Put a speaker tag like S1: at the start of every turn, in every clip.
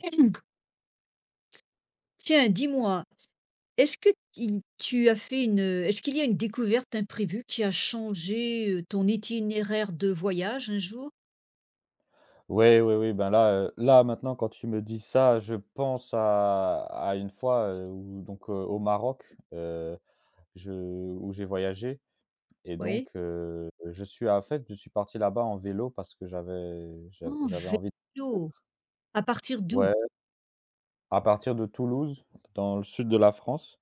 S1: Tiens, dis-moi, est-ce que tu as est-ce qu'il y a une découverte imprévue qui a changé ton itinéraire de voyage un jour?
S2: Oui, oui, oui, ben, là, là, maintenant, quand tu me dis ça, je pense à une fois, où donc, au Maroc, je où j'ai voyagé. Et
S1: Oui.
S2: donc, je suis parti là-bas en vélo parce que j'avais j'av
S1: En
S2: j'avais envie.
S1: vélo. À partir d'où?
S2: Ouais, à partir de Toulouse, dans le sud de la France,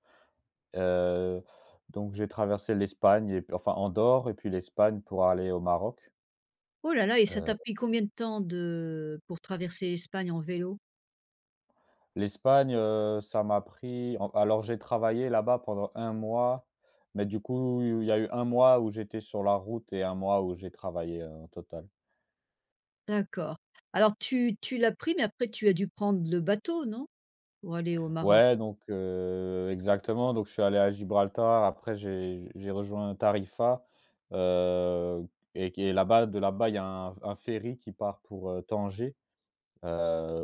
S2: heu, donc j'ai traversé l'Espagne et puis enfin, Andorre et puis l'Espagne pour aller au Maroc.
S1: Oh là là, et ça t'a
S2: heu
S1: pris combien de temps pour traverser l'Espagne en vélo?
S2: L'Espagne, heu, ça m'a pris en alors j'ai travaillé là-bas pendant un mois, mais du coup, il y a eu un mois où j'étais sur la route et un mois où j'ai travaillé, au total.
S1: D'accord. Tu l'as pris, mais après tu as dû prendre le bateau, non? Pour aller au Maroc.
S2: Ouais, donc exactement, donc je suis allé à Gibraltar, après j'ai rejoint Tarifa, heu et qui est là-bas de là-bas, il y a un ferry qui part pour, Tanger,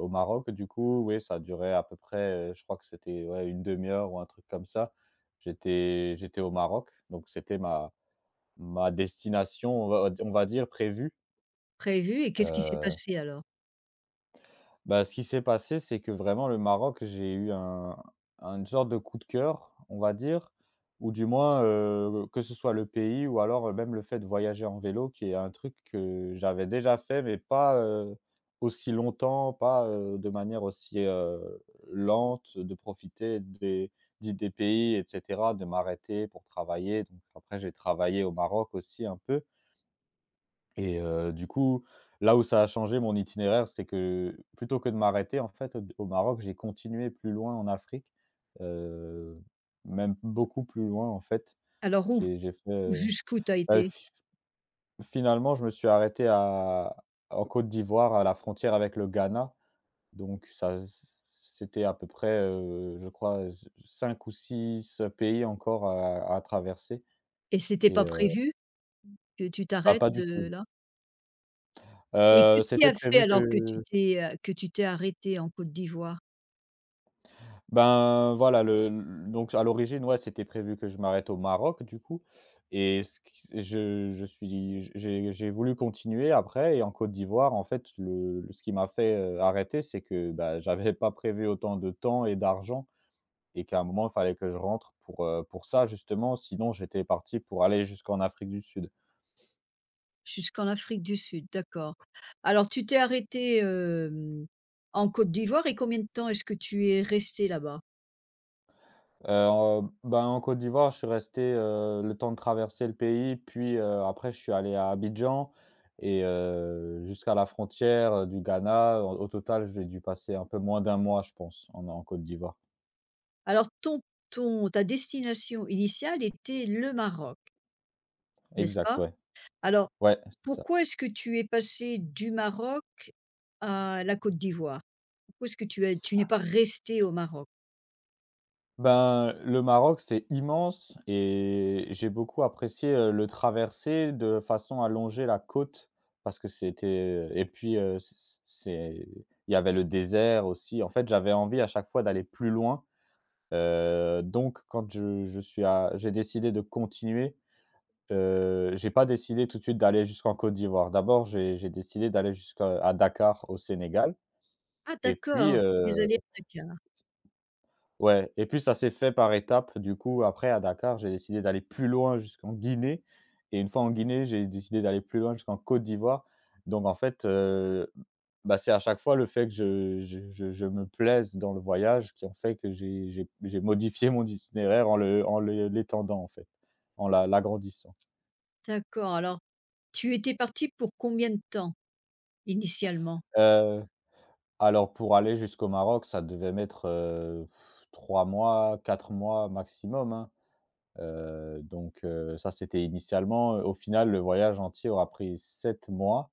S2: au Maroc. Du coup, oui, ça durait à peu près, je crois que c'était, ouais, une demi heure ou un truc comme ça. J'étais au Maroc, donc c'était ma ma destination, on va dire prévue.
S1: Prévu. Et qu'est-ce qui s'est
S2: heu,
S1: passé alors?
S2: Bah, ce qui s'est passé, c'est que vraiment le Maroc, j'ai eu un une sorte de coup de cœur, on va dire, ou du moins, que ce soit le pays ou alors même le fait de voyager en vélo qui est un truc que j'avais déjà fait, mais pas, aussi longtemps, pas, de manière aussi, lente, de profiter des pays et cetera, de m'arrêter pour travailler. Donc après j'ai travaillé au Maroc aussi un peu. Et du coup, là où ça a changé mon itinéraire, c'est que plutôt que de m'arrêter en fait, au Maroc, j'ai continué plus loin en Afrique, heu, même beaucoup plus loin en fait.
S1: Alors où?
S2: J'ai fait,
S1: Jusqu'où t'as
S2: bah,
S1: été?
S2: fi finalement, je me suis arrêté à en Côte d'Ivoire, à la frontière avec le Ghana, donc ça c'était à peu près, je crois, cinq ou 6 pays encore à traverser.
S1: Et c'était
S2: Et
S1: pas prévu que tu
S2: bah,
S1: t'arrêtes
S2: pas du tout.
S1: là? Et qu'est-ce qui
S2: C'était
S1: a fait
S2: prévu
S1: alors que
S2: que
S1: tu t'es arrêté en Côte d'Ivoire?
S2: Ben, voilà, le l donc à l'origine, ouais, c'était prévu que je m'arrête au Maroc, du coup, et ce qui je suis j'ai voulu continuer après, et en Côte d'Ivoire, en fait, ce qui m'a fait, arrêter, c'est que, bah, j'avais pas prévu autant de temps et d'argent, et qu'à un moment, il fallait que je rentre pour ça, justement, sinon j'étais parti pour aller jusqu'en Afrique du Sud.
S1: Jusqu'en Afrique du Sud, d'accord. Alors tu t'es arrêté en Côte d'Ivoire et combien de temps est-ce que tu es resté là-bas?
S2: En Ben, en Côte d'Ivoire, je suis resté, le temps de traverser le pays, puis, après je suis allé à Abidjan, et jusqu'à la frontière, du Ghana. Au total, j'ai dû passer un peu moins d'un mois, je pense, en Côte d'Ivoire.
S1: Alors ton ton ta destination initiale était le Maroc, n'est-ce
S2: Exact,
S1: pas?
S2: ouais.
S1: Alors
S2: Ouais, c'est ça.
S1: pourquoi est-ce que tu es passé du Maroc à la Côte d'Ivoire? Où est-ce que tu n'es pas resté au Maroc?
S2: Ben, le Maroc, c'est immense, et j'ai beaucoup apprécié, le traverser de façon à longer la côte, parce que c'était et puis, c c'est il y avait le désert aussi. En fait, j'avais envie à chaque fois d'aller plus loin. Donc quand je suis à j'ai décidé de continuer, j'ai pas décidé tout de suite d'aller jusqu'en Côte d'Ivoire. D'abord, j'ai décidé d'aller jusqu'à à Dakar, au Sénégal,
S1: Ah
S2: et puis,
S1: d'accord, tu es allé à Dakar.
S2: ouais, et puis ça s'est fait par étapes. Du coup, après à Dakar, j'ai décidé d'aller plus loin jusqu'en Guinée, et une fois en Guinée, j'ai décidé d'aller plus loin jusqu'en Côte d'Ivoire. Donc en fait, bah, c'est à chaque fois le fait que je me plaise dans le voyage, qui en fait que j'ai modifié mon itinéraire en le l'étendant en fait, en l'agrandissant.
S1: D'accord, alors tu étais parti pour combien de temps initialement?
S2: Heu, alors pour aller jusqu'au Maroc, ça devait mettre, 3 mois, 4 mois maximum, hein. Donc ça, c'était initialement. Au final, le voyage entier aura pris 7 mois,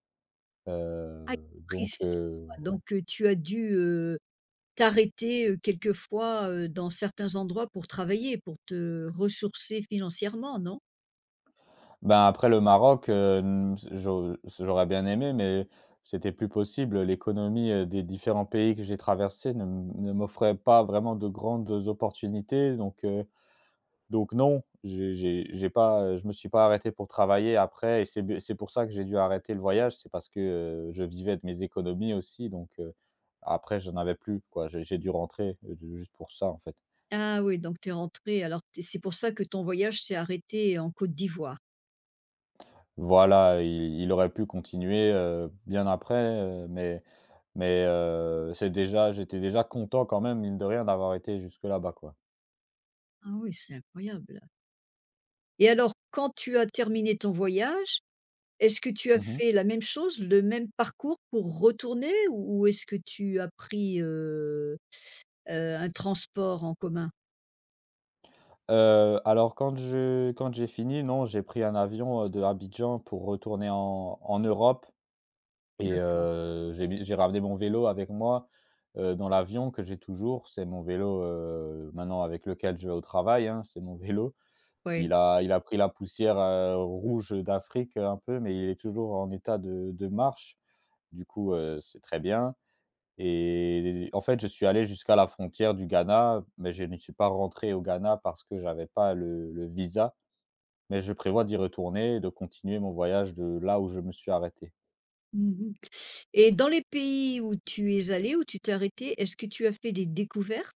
S1: Ah, ils
S2: heu,
S1: t'ont pris
S2: donc
S1: 6 mois,
S2: voilà.
S1: donc tu as dû t'arrêter, quelquefois, dans certains endroits pour travailler, pour te ressourcer financièrement, non?
S2: Ben, après le Maroc, s j'au j'aurais bien aimé, mais c'était plus possible. L'économie, des différents pays que j'ai traversés ne m'offrait pas vraiment de grandes opportunités. Donc non, j'ai pas, je me suis pas arrêté pour travailler après, et c'est pour ça que j'ai dû arrêter le voyage, c'est parce que, je vivais de mes économies aussi, donc après j'en avais plus quoi, j'ai dû rentrer, juste pour ça en fait.
S1: Ah oui, donc tu es rentrée alors tu c'est pour ça que ton voyage s'est arrêté en Côte d'Ivoire.
S2: Voilà, il aurait pu continuer, bien après, mais c'est déjà j'étais déjà content quand même mine de rien d'avoir été jusque là-bas quoi.
S1: Ah oui, c'est incroyable. Et alors quand tu as terminé ton voyage, est-ce que tu as
S2: Mmh mh.
S1: fait la même chose, le même parcours pour retourner ou est-ce que tu as pris, un transport en commun?
S2: Alors quand je quand j'ai fini, non, j'ai pris un avion, de Abidjan pour retourner en Europe. Et
S1: D'accord,
S2: j'ai ramené mon vélo avec moi, dans l'avion que j'ai toujours. C'est mon vélo, maintenant, avec lequel je vais au travail, hein, c'est mon vélo.
S1: ouais.
S2: Il a pris la poussière, rouge d'Afrique, un peu, mais il est toujours en état de marche. Du coup, c'est très bien, et en fait, je suis allé jusqu'à la frontière du Ghana, mais je ne suis pas rentré au Ghana parce que j'avais pas le visa, mais je prévois d'y retourner et de continuer mon voyage de là où je me suis arrêté.
S1: Mmh. Et dans les pays où tu es allé, où tu t'es arrêté, est-ce que tu as fait des découvertes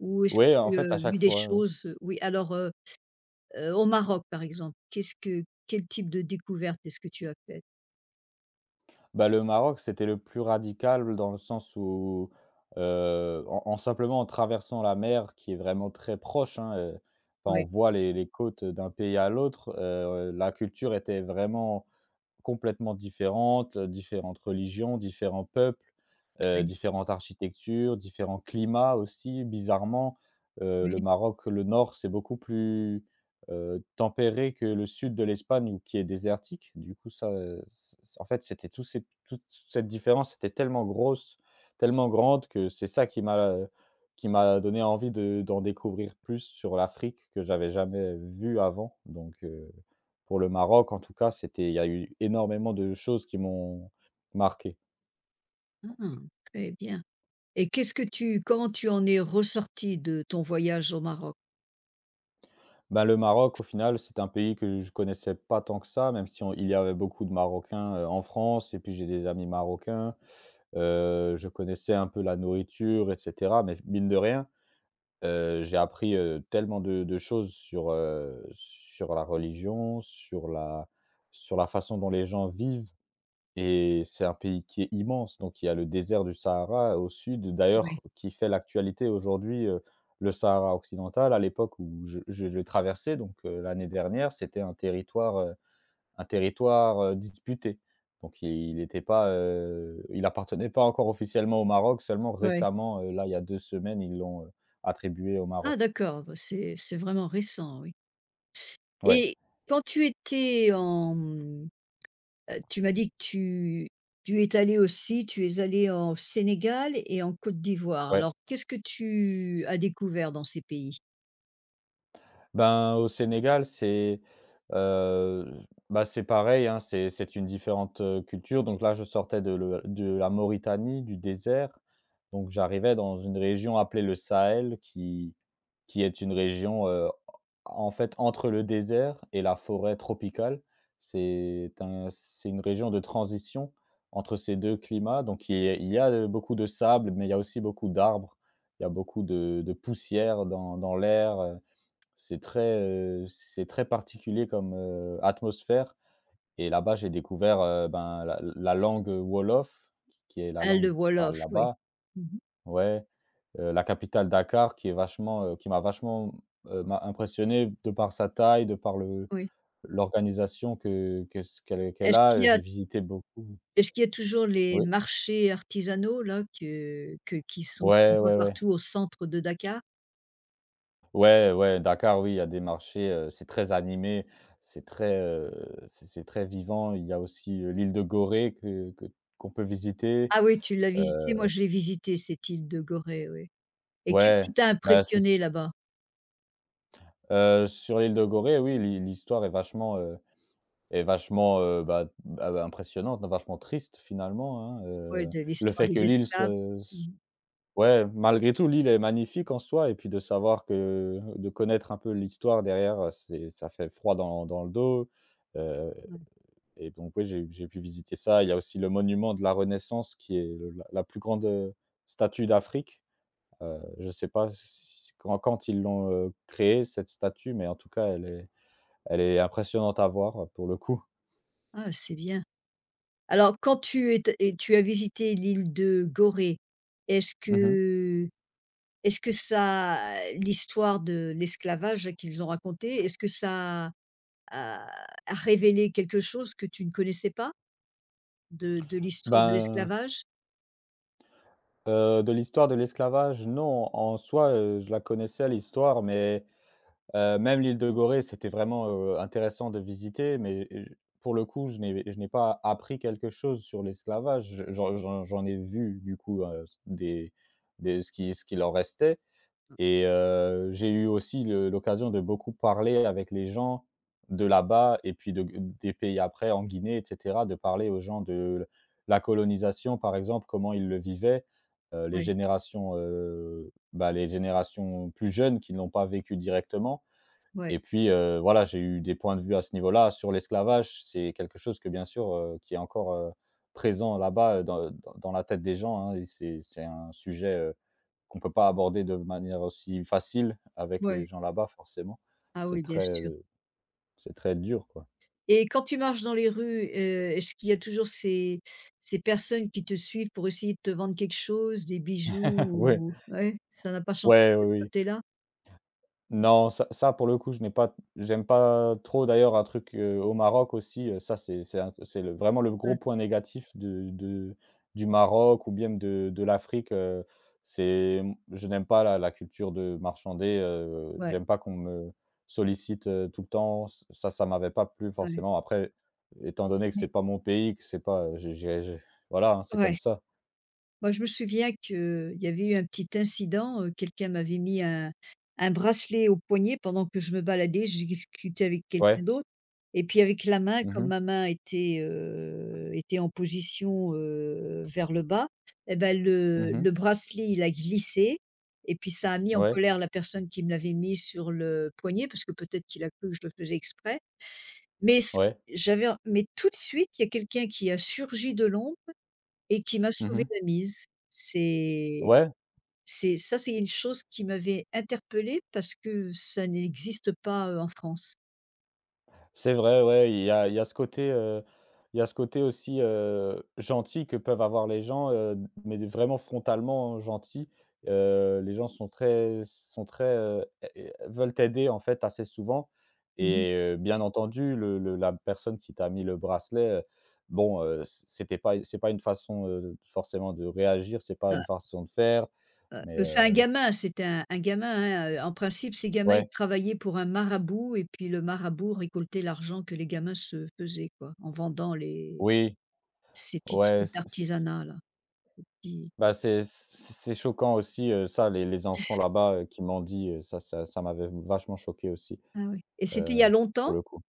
S1: ou est-ce que
S2: Oui, en
S1: tu
S2: fait, à
S1: as
S2: chaque
S1: vu des
S2: fois
S1: choses, oui, alors, au Maroc, par exemple, qu'est-ce que quel type de découverte est-ce que tu as fait?
S2: bah, le Maroc, c'était le plus radical dans le sens où, en en simplement en traversant la mer qui est vraiment très proche, hein, enfin, on
S1: Oui,
S2: voit les côtes d'un pays à l'autre, la culture était vraiment complètement différentes, différentes religions, différents peuples,
S1: oui,
S2: différentes architectures, différents climats aussi bizarrement. Le
S1: oui.
S2: Maroc, le nord, c'est beaucoup plus, tempéré que le sud de l'Espagne où qui est désertique. Du coup ça, c en fait, c'était tous ces toute cette différence était tellement grosse, tellement grande, que c'est ça euh, qui m'a donné envie de d'en découvrir plus sur l'Afrique que j'avais jamais vu avant, donc pour le Maroc, en tout cas, c'était il y a eu énormément de choses qui m'ont marqué.
S1: Ah, très bien, et qu'est-ce que tu comment tu en es ressorti de ton voyage au Maroc?
S2: Bah, le Maroc, au final, c'est un pays que je connaissais pas tant que ça, même si on il y avait beaucoup de Marocains, en France, et puis j'ai des amis marocains. Je connaissais un peu la nourriture et cetera, mais mine de rien, j'ai appris, tellement de choses sur la religion, sur la façon dont les gens vivent. Et c'est un pays qui est immense, donc il y a le désert du Sahara au sud, d'ailleurs,
S1: Ouais,
S2: qui fait l'actualité aujourd'hui, le Sahara occidental à l'époque où je le traversais, donc l'année dernière, c'était un territoire, disputé. Donc il n'était pas, il appartenait pas encore officiellement au Maroc, seulement
S1: ouais.
S2: récemment, là, il y a 2 semaines, ils l'ont, attribué au Maroc.
S1: Ah d'accord, bah, c'est vraiment récent, oui.
S2: Ouais,
S1: Et quand tu étais en, mmh, tu m'as dit que tu es allé en Sénégal et en Côte d'Ivoire.
S2: ouais.
S1: Alors qu'est-ce que tu as découvert dans ces pays?
S2: Ben, au Sénégal, c'est, heu, bah, c'est pareil, hein, c'est une différente, culture. Donc là, je sortais de la Mauritanie, du désert. Donc j'arrivais dans une région appelée le Sahel, qui est une région, en fait, entre le désert et la forêt tropicale. C'est un c'est une région de transition entre ces 2 climats. Donc il y a beaucoup de sable, mais il y a aussi beaucoup d'arbres. Il y a beaucoup de poussière dans l'air, c'est très particulier comme, atmosphère, et là-bas, j'ai découvert, ben, la langue, wolof, qui est la
S1: Ah, le
S2: langue qu'ils parlent
S1: wolof, oui.
S2: là-bas.
S1: Mmh.
S2: Ouais, la capitale Dakar qui m'a impressionné de par sa taille, de par le
S1: Oui.
S2: l'organisation que ce qu'elle qu'elle
S1: Est-ce
S2: a,
S1: qu'il y a
S2: j'ai visité beaucoup.
S1: est-ce qu'il y a toujours les
S2: Oui.
S1: marchés artisanaux là que qui sont qu'on
S2: Ouais,
S1: voit
S2: ouais, ouais.
S1: partout au centre de Dakar?
S2: Ouais, ouais, Dakar, oui, il y a des marchés, c'est très animé, c'est très, heu, c'est très vivant. Il y a aussi, l'île de Gorée que qu'on peut visiter.
S1: Ah oui, tu l'as visité? Moi je l'ai visité, cette île de Gorée, oui. Et qu'est-ce
S2: Ouais,
S1: qui t'a
S2: bah, c'est c
S1: impressionné là-bas?
S2: sur l'île de Gorée, oui, l'histoire est vachement, bah, bah, bah, impressionnante, vachement triste finalement, hein.
S1: Ouais, de
S2: Le
S1: l'histoire
S2: fait que
S1: des
S2: l'île
S1: esclaves.
S2: soit,
S1: Mmh.
S2: ouais, malgré tout, l'île est magnifique en soi, et puis de savoir que de connaître un peu l'histoire derrière, c'est ça fait froid dans le dos. heu
S1: Ouais.
S2: Et donc oui, j'ai pu visiter ça. Il y a aussi le monument de la Renaissance qui est le la la plus grande, statue d'Afrique. Je ne sais pas si quand ils l'ont, créée cette statue, mais en tout cas, elle est impressionnante à voir, pour le coup.
S1: Ah, c'est bien. Alors quand tu es et tu as visité l'île de Gorée, est-ce
S2: Mmh.
S1: que est-ce que ça l'histoire de l'esclavage qu'ils ont raconté, est-ce que ça a a révélé quelque chose que tu ne connaissais pas de l'histoire de
S2: Ben,
S1: l'esclavage?
S2: de l'histoire de l'esclavage, non, en soi, je la connaissais, l'histoire. Mais même l'île de Gorée, c'était vraiment, intéressant de visiter, mais je pour le coup, je n'ai pas appris quelque chose sur l'esclavage. Je j'en j'en j'en ai vu du coup, des ce qu'il en restait, et j'ai eu aussi le l'occasion de beaucoup parler avec les gens de là-bas, et puis de des pays après, en Guinée et cetera, de parler aux gens de la colonisation, par exemple, comment ils le vivaient.
S1: Oui.
S2: Bah, les générations plus jeunes qui ne l'ont pas vécu directement.
S1: Ouais,
S2: Et puis, voilà, j'ai eu des points de vue à ce niveau-là. Sur l'esclavage, c'est quelque chose que bien sûr, qui est encore, présent là-bas, dans dans dans la tête des gens, hein, et c'est un sujet, qu'on ne peut pas aborder de manière aussi facile avec
S1: ouais,
S2: les
S1: ouais.
S2: gens là-bas forcément.
S1: Ah
S2: C'est
S1: oui, bien
S2: très,
S1: sûr.
S2: heu, c'est très dur quoi.
S1: Et quand tu marches dans les rues, est-ce qu'il y a toujours ces personnes qui te suivent pour essayer de te vendre quelque chose, des bijoux
S2: Oui,
S1: ou ouais, ça n'a pas changé
S2: ouais, oui,
S1: de ce
S2: oui.
S1: côté-là?
S2: Non, ça pour le coup, je n'ai pas j'aime pas trop d'ailleurs, un truc, au Maroc aussi, ça c'est un c'est le vraiment le gros
S1: Ouais,
S2: point négatif de du Maroc, ou bien de l'Afrique, c'est je n'aime pas la culture de marchander,
S1: ouais,
S2: j'aime pas qu'on me sollicite, tout le temps, ça m'avait pas plu
S1: ouais.
S2: forcément. Après, étant donné que c'est
S1: Mais
S2: pas mon pays, que c'est pas, j'ai voilà, hein, c'est comme
S1: ouais.
S2: ça.
S1: Moi, je me souviens qu'il y avait eu un petit incident, quelqu'un m'avait mis un bracelet au poignet pendant que je me baladais, je discutais avec quelqu'un
S2: Ouais.
S1: d'autre et puis avec la main,
S2: Mmh
S1: comme
S2: mh.
S1: ma main était en position, vers le bas et ben
S2: Mmh.
S1: le bracelet, il a glissé et puis ça a mis en
S2: Ouais.
S1: colère la personne qui me l'avait mis sur le poignet parce que peut-être qu'il a cru que je le faisais exprès mais ce
S2: Ouais.
S1: j'avais mais tout de suite, il y a quelqu'un qui a surgi de l'ombre et qui m'a sauvé
S2: Mmh.
S1: la mise.
S2: Ouais.
S1: C'est ça, c'est une chose qui m'avait interpellée parce que ça n'existe pas, en France.
S2: C'est vrai, ouais, il y a ce côté, aussi, gentil que peuvent avoir les gens, mais de vraiment frontalement gentils. Les gens sont très, é veulent t'aider, en fait, assez souvent,
S1: Mmh mh.
S2: et bien entendu, le la personne qui t'a mis le bracelet, bon, c'est pas une façon, forcément, de réagir, c'est pas une
S1: Heu
S2: façon de faire, mais
S1: c'est un gamin, c'était un gamin, hein, en principe, ces gamins, ils
S2: ouais,
S1: travaillaient pour un marabout et puis le marabout récoltait l'argent que les gamins se faisaient, quoi, en vendant les
S2: oui,
S1: ces petits
S2: ouais.
S1: trucs d'artisanat là, qui.
S2: Bah, c'est choquant aussi, ça, les enfants là-bas, qui mendient, ça m'avait vachement choqué aussi,
S1: Ah oui. Et c'était il y a
S2: heu, pour
S1: longtemps,
S2: le coup.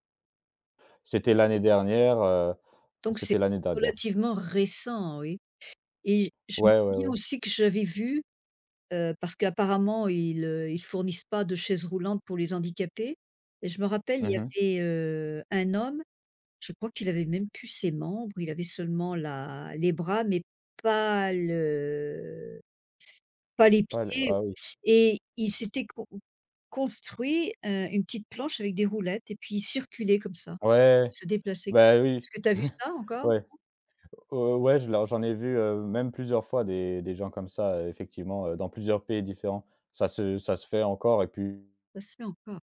S2: C'était l'année dernière,
S1: donc c'est
S2: c'était l'année dernière.
S1: relativement récent, oui. Et je me
S2: Ouais, ouais,
S1: souviens
S2: ouais.
S1: aussi que j'avais vu. Parce qu'apparemment ils, ils fournissent pas de chaises roulantes pour les handicapés et je me rappelle, il y
S2: Mmh.
S1: avait, un homme, je crois qu'il avait même plus ses membres, il avait seulement la les bras mais pas le pas les
S2: Pas le
S1: pieds
S2: ah oui.
S1: et il s'était construit, une petite planche avec des roulettes et puis il circulait comme ça,
S2: Ouais,
S1: il se déplaçait.
S2: bah, oui.
S1: Est-ce que tu as vu ça encore?
S2: Ouais, ouais, je l'en j'en ai vu, même plusieurs fois, des gens comme ça, effectivement, dans plusieurs pays différents. Ça se fait encore, et puis
S1: Ça se fait encore.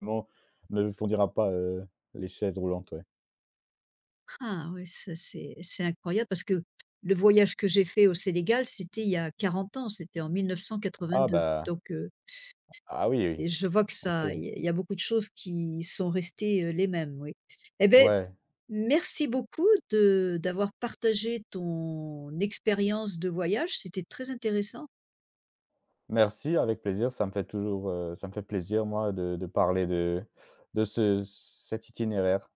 S2: bon, ne fournira pas, les chaises roulantes, ouais.
S1: Ah oui, ça c'est incroyable parce que le voyage que j'ai fait au Sénégal, c'était il y a 40 ans, c'était en
S2: Ah
S1: 1982.
S2: bah,
S1: Donc,
S2: ah oui, oui,
S1: c'est je vois que
S2: OK.
S1: ça il y a beaucoup de choses qui sont restées, les mêmes, oui. Eh bien,
S2: Ouais.
S1: merci beaucoup de d'avoir partagé ton expérience de voyage, c'était très intéressant.
S2: Merci, avec plaisir. Ça me fait plaisir, moi, de parler de ce cet itinéraire.